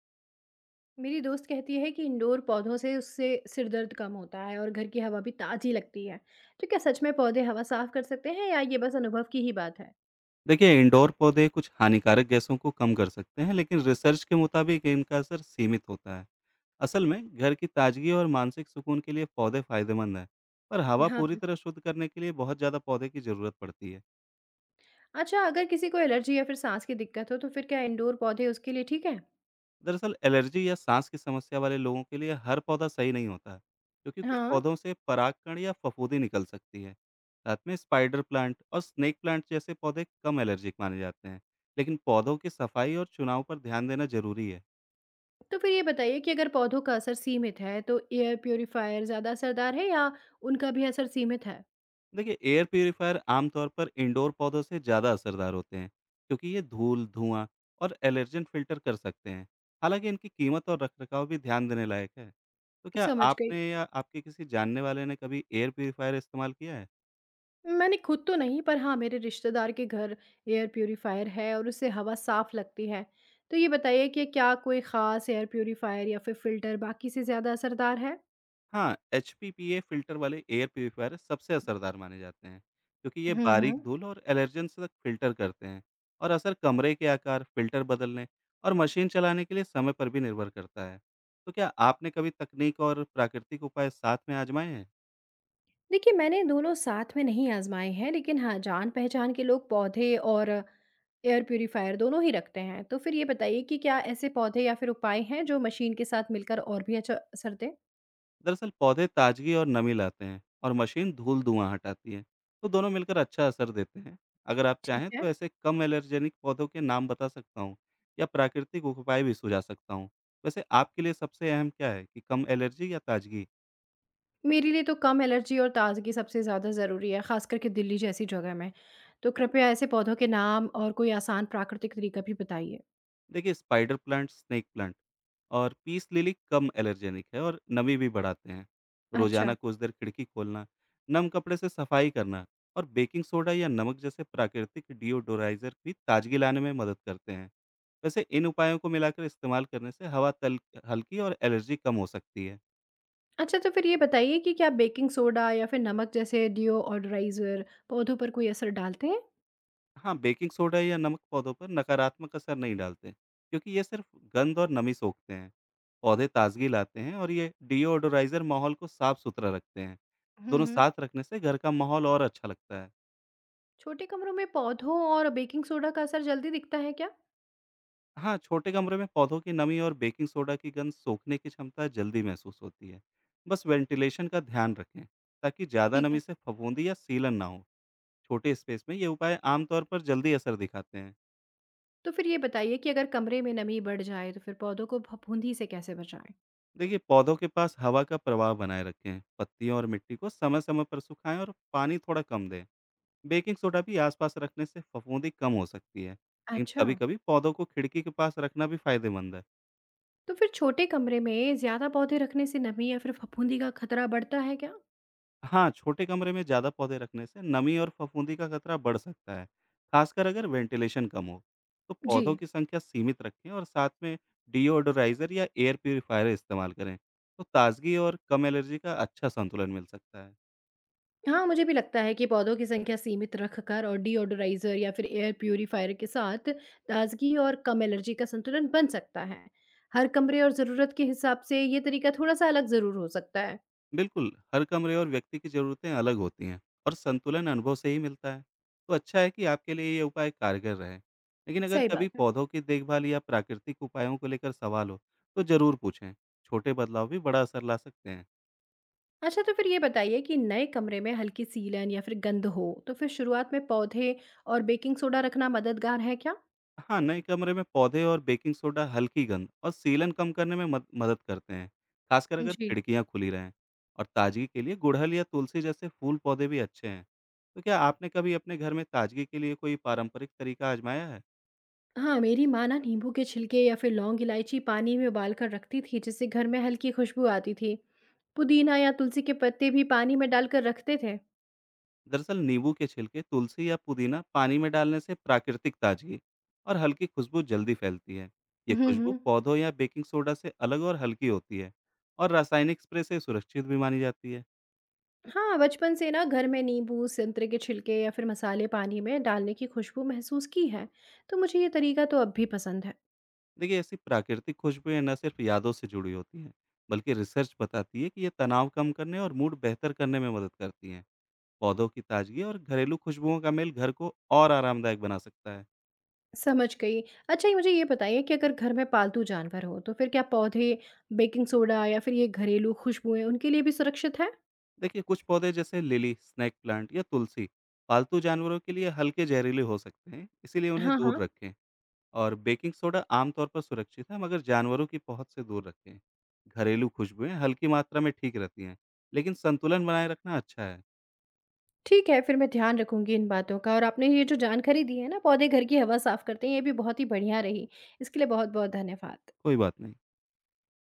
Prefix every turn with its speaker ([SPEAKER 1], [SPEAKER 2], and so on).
[SPEAKER 1] मेरी दोस्त कहती है कि इंडोर पौधों से उससे सिर दर्द कम होता है और घर की हवा भी ताजी लगती है। तो क्या सच में पौधे हवा साफ कर सकते हैं या ये बस अनुभव की ही बात है?
[SPEAKER 2] देखिए इंडोर पौधे कुछ हानिकारक गैसों को कम कर सकते हैं, लेकिन रिसर्च के मुताबिक इनका असर सीमित होता है। असल में घर की ताजगी और मानसिक सुकून के लिए पौधे फायदेमंद हैं। पर
[SPEAKER 1] हाँ
[SPEAKER 2] हवा
[SPEAKER 1] हाँ।
[SPEAKER 2] पूरी तरह शुद्ध करने के लिए बहुत ज़्यादा पौधे की ज़रूरत पड़ती है।
[SPEAKER 1] अच्छा, अगर किसी को एलर्जी या फिर सांस की दिक्कत हो तो फिर क्या इंडोर पौधे उसके लिए ठीक है?
[SPEAKER 2] दरअसल एलर्जी या सांस की समस्या वाले लोगों के लिए हर पौधा सही नहीं होता, क्योंकि कुछ
[SPEAKER 1] हाँ।
[SPEAKER 2] पौधों से परागकण या फफूंदी निकल सकती है। साथ में स्पाइडर प्लांट और स्नेक प्लांट जैसे पौधे कम एलर्जिक माने जाते हैं। लेकिन पौधों की सफाई और चुनाव पर ध्यान देना जरूरी है।
[SPEAKER 1] तो फिर ये बताइए कि अगर पौधों का असर सीमित है तो एयर प्योरीफायर ज्यादा असरदार है या उनका भी असर सीमित है?
[SPEAKER 2] देखिए एयर प्योरीफायर आमतौर पर इंडोर पौधों से ज़्यादा असरदार होते हैं, क्योंकि ये धूल, धुआं और एलर्जन फिल्टर कर सकते हैं। हालांकि इनकी कीमत और रखरखाव भी ध्यान देने लायक है। तो क्या
[SPEAKER 1] समझ गई।
[SPEAKER 2] आपने या आपके किसी जानने वाले ने कभी एयर प्योरीफायर इस्तेमाल किया है?
[SPEAKER 1] मैंने खुद तो नहीं, पर हाँ, मेरे रिश्तेदार के घर एयर प्यूरीफायर है और उससे हवा साफ लगती है। तो ये बताइए कि क्या कोई ख़ास एयर प्यूरीफायर या फिर फ़िल्टर बाकी से ज़्यादा असरदार है?
[SPEAKER 2] हाँ, एचपीपीए फ़िल्टर वाले एयर प्यूरीफायर सबसे असरदार माने जाते हैं, क्योंकि ये बारीक
[SPEAKER 1] हम्म।
[SPEAKER 2] धूल और एलर्जेंस तक फ़िल्टर करते हैं। और असर कमरे के आकार, फ़िल्टर बदलने और मशीन चलाने के लिए समय पर भी निर्भर करता है। तो क्या आपने कभी तकनीक और प्राकृतिक उपाय साथ में आजमाए हैं?
[SPEAKER 1] देखिए, मैंने दोनों साथ में नहीं आजमाए हैं, लेकिन हाँ, जान पहचान के लोग पौधे और एयर प्यूरीफायर दोनों ही रखते हैं। तो फिर ये बताइए कि क्या ऐसे पौधे या फिर उपाय हैं जो मशीन के साथ मिलकर और भी अच्छा असर दें?
[SPEAKER 2] दरअसल पौधे ताजगी और नमी लाते हैं और मशीन धूल, धुआं हटाती है। तो दोनों मिलकर अच्छा असर देते हैं। अगर आप
[SPEAKER 1] ठीक
[SPEAKER 2] चाहें
[SPEAKER 1] है।
[SPEAKER 2] तो ऐसे कम एलर्जेनिक पौधों के नाम बता सकता हूँ या प्राकृतिक उपाय भी सुझा सकता हूँ। वैसे आपके लिए सबसे अहम क्या है, कि कम एलर्जी या ताजगी?
[SPEAKER 1] मेरे लिए तो कम एलर्जी और ताज़गी सबसे ज़्यादा ज़रूरी है, ख़ास करके दिल्ली जैसी जगह में। तो कृपया ऐसे पौधों के नाम और कोई आसान प्राकृतिक तरीका भी बताइए।
[SPEAKER 2] देखिए स्पाइडर प्लांट, स्नेक प्लांट और पीस लिली कम एलर्जेनिक है और नमी भी बढ़ाते हैं।
[SPEAKER 1] अच्छा।
[SPEAKER 2] रोजाना कुछ देर खिड़की खोलना, नम कपड़े से सफाई करना और बेकिंग सोडा या नमक जैसे प्राकृतिक डिओडोराइजर भी ताजगी लाने में मदद करते हैं। वैसे इन उपायों को मिलाकर इस्तेमाल करने से हवा तल हल्की और एलर्जी कम हो सकती है।
[SPEAKER 1] अच्छा, तो फिर ये बताइए कि क्या बेकिंग सोडा या फिर नमक जैसे डिओडोराइज़र पौधों पर कोई असर डालते हैं?
[SPEAKER 2] हाँ, बेकिंग सोडा या नमक पौधों पर नकारात्मक असर नहीं डालते, क्योंकि ये सिर्फ गंध और नमी सोखते हैं। पौधे ताजगी लाते हैं और ये डिओडोराइजर माहौल को साफ-सुथरा रखते हैं। दोनों
[SPEAKER 1] हम्म।
[SPEAKER 2] साथ रखने से घर का माहौल और अच्छा लगता है।
[SPEAKER 1] छोटे कमरों में पौधों और बेकिंग सोडा का असर जल्दी दिखता है क्या?
[SPEAKER 2] हाँ, छोटे कमरे में पौधों की नमी और बेकिंग सोडा की गंध सोखने की क्षमता जल्दी महसूस होती है। बस वेंटिलेशन का ध्यान रखें, ताकि ज़्यादा
[SPEAKER 1] ठीक
[SPEAKER 2] नमी
[SPEAKER 1] है।
[SPEAKER 2] से फफूंदी या सीलन ना हो। छोटे स्पेस में ये उपाय आमतौर पर जल्दी असर दिखाते हैं।
[SPEAKER 1] तो फिर ये बताइए कि अगर कमरे में नमी बढ़ जाए तो फिर पौधों को फफूंदी से कैसे बचाएं?
[SPEAKER 2] देखिए पौधों के पास हवा का प्रवाह बनाए रखें, पत्तियों और मिट्टी को समय समय पर सुखाएं और पानी थोड़ा कम दें। बेकिंग सोडा भी आसपास रखने से फफूंदी कम हो सकती है, लेकिन
[SPEAKER 1] अच्छा।
[SPEAKER 2] कभी कभी पौधों को खिड़की के पास रखना भी फायदेमंद है।
[SPEAKER 1] तो फिर छोटे कमरे में ज्यादा पौधे रखने से नमी या फिर फफूंदी का खतरा बढ़ता है क्या?
[SPEAKER 2] हाँ, छोटे कमरे में ज़्यादा पौधे रखने से नमी और फफूंदी का खतरा बढ़ सकता है, खासकर अगर वेंटिलेशन कम हो। तो पौधों
[SPEAKER 1] जी।
[SPEAKER 2] की संख्या सीमित रखें और साथ में डिओडोराइजर या एयर प्योरीफायर इस्तेमाल करें। तो ताजगी और कम एलर्जी का अच्छा संतुलन मिल सकता है।
[SPEAKER 1] हाँ, मुझे भी लगता है कि पौधों की संख्या सीमित रखकर और डीओडोराइजर या फिर एयर प्यूरिफायर के साथ ताजगी और कम एलर्जी का संतुलन बन सकता है। हर कमरे और ज़रूरत के हिसाब से ये तरीका थोड़ा सा अलग ज़रूर हो सकता है।
[SPEAKER 2] बिल्कुल, हर कमरे और व्यक्ति की ज़रूरतें अलग होती हैं और संतुलन अनुभव से ही मिलता है। तो अच्छा है कि आपके लिए ये उपाय कारगर रहे। लेकिन अगर
[SPEAKER 1] सही बात
[SPEAKER 2] कभी
[SPEAKER 1] है।
[SPEAKER 2] पौधों की देखभाल या प्राकृतिक उपायों को लेकर सवाल हो, तो ज़रूर पूछें। छोटे बदलाव भी बड़ा असर ला सकते हैं।
[SPEAKER 1] अच्छा, तो फिर ये बताइए कि नए कमरे में हल्की सीलन या फिर गंध हो तो फिर शुरुआत में पौधे और बेकिंग सोडा रखना मददगार है क्या?
[SPEAKER 2] हाँ, नए कमरे में पौधे और बेकिंग सोडा हल्की गंध और सीलन कम करने में मद मदद करते हैं, खासकर अगर
[SPEAKER 1] जी।
[SPEAKER 2] खिड़कियाँ खुली रहें। और ताजगी के लिए गुड़हल या तुलसी जैसे फूल पौधे भी अच्छे हैं। तो क्या आपने कभी अपने घर में ताजगी के लिए कोई पारंपरिक तरीका आजमाया है?
[SPEAKER 1] हाँ, मेरी माँ ना नींबू के छिलके या फिर लौंग इलायची पानी में उबाल कर रखती थी जिससे घर में हल्की खुशबू आती थी। पुदीना या तुलसी के पत्ते भी पानी में डालकर रखते थे।
[SPEAKER 2] दरअसल नींबू के छिलके, तुलसी या पुदीना पानी में डालने से प्राकृतिक ताजगी और हल्की खुशबू जल्दी फैलती है। ये खुशबू
[SPEAKER 1] हम्म।
[SPEAKER 2] पौधों या बेकिंग सोडा से अलग और हल्की होती है और रासायनिक स्प्रे से सुरक्षित भी मानी जाती है।
[SPEAKER 1] हाँ, बचपन से ना घर में नींबू, संतरे के छिलके या फिर मसाले पानी में डालने की खुशबू महसूस की है। तो मुझे ये तरीका तो अब भी पसंद है।
[SPEAKER 2] देखिए ऐसी प्राकृतिक खुशबूएं न सिर्फ यादों से जुड़ी होती हैं, बल्कि रिसर्च बताती है कि ये तनाव कम करने और मूड बेहतर करने में मदद करती हैं। पौधों की ताजगी और घरेलू खुशबुओं का मेल घर को और आरामदायक बना सकता है।
[SPEAKER 1] समझ गई। अच्छा, ये मुझे ये बताइए कि अगर घर में पालतू जानवर हो तो फिर क्या पौधे, बेकिंग सोडा या फिर ये घरेलू खुशबुएं उनके लिए भी सुरक्षित है?
[SPEAKER 2] देखिए कुछ पौधे जैसे लिली, स्नेक प्लांट या तुलसी पालतू जानवरों के लिए हल्के जहरीले हो सकते हैं, इसीलिए उन्हें
[SPEAKER 1] हाँ
[SPEAKER 2] दूर
[SPEAKER 1] हाँ।
[SPEAKER 2] रखें। और बेकिंग सोडा आमतौर पर सुरक्षित है, मगर जानवरों की पहुंच से दूर रखें। घरेलू खुशबुएं हल्की मात्रा में ठीक रहती हैं, लेकिन संतुलन बनाए रखना अच्छा है।
[SPEAKER 1] ठीक है, फिर मैं ध्यान रखूँगी इन बातों का और आपने ये जो जानकारी दी है ना पौधे घर की हवा साफ़ करते हैं, ये भी बहुत ही बढ़िया रही। इसके लिए बहुत-बहुत धन्यवाद।
[SPEAKER 2] कोई बात नहीं।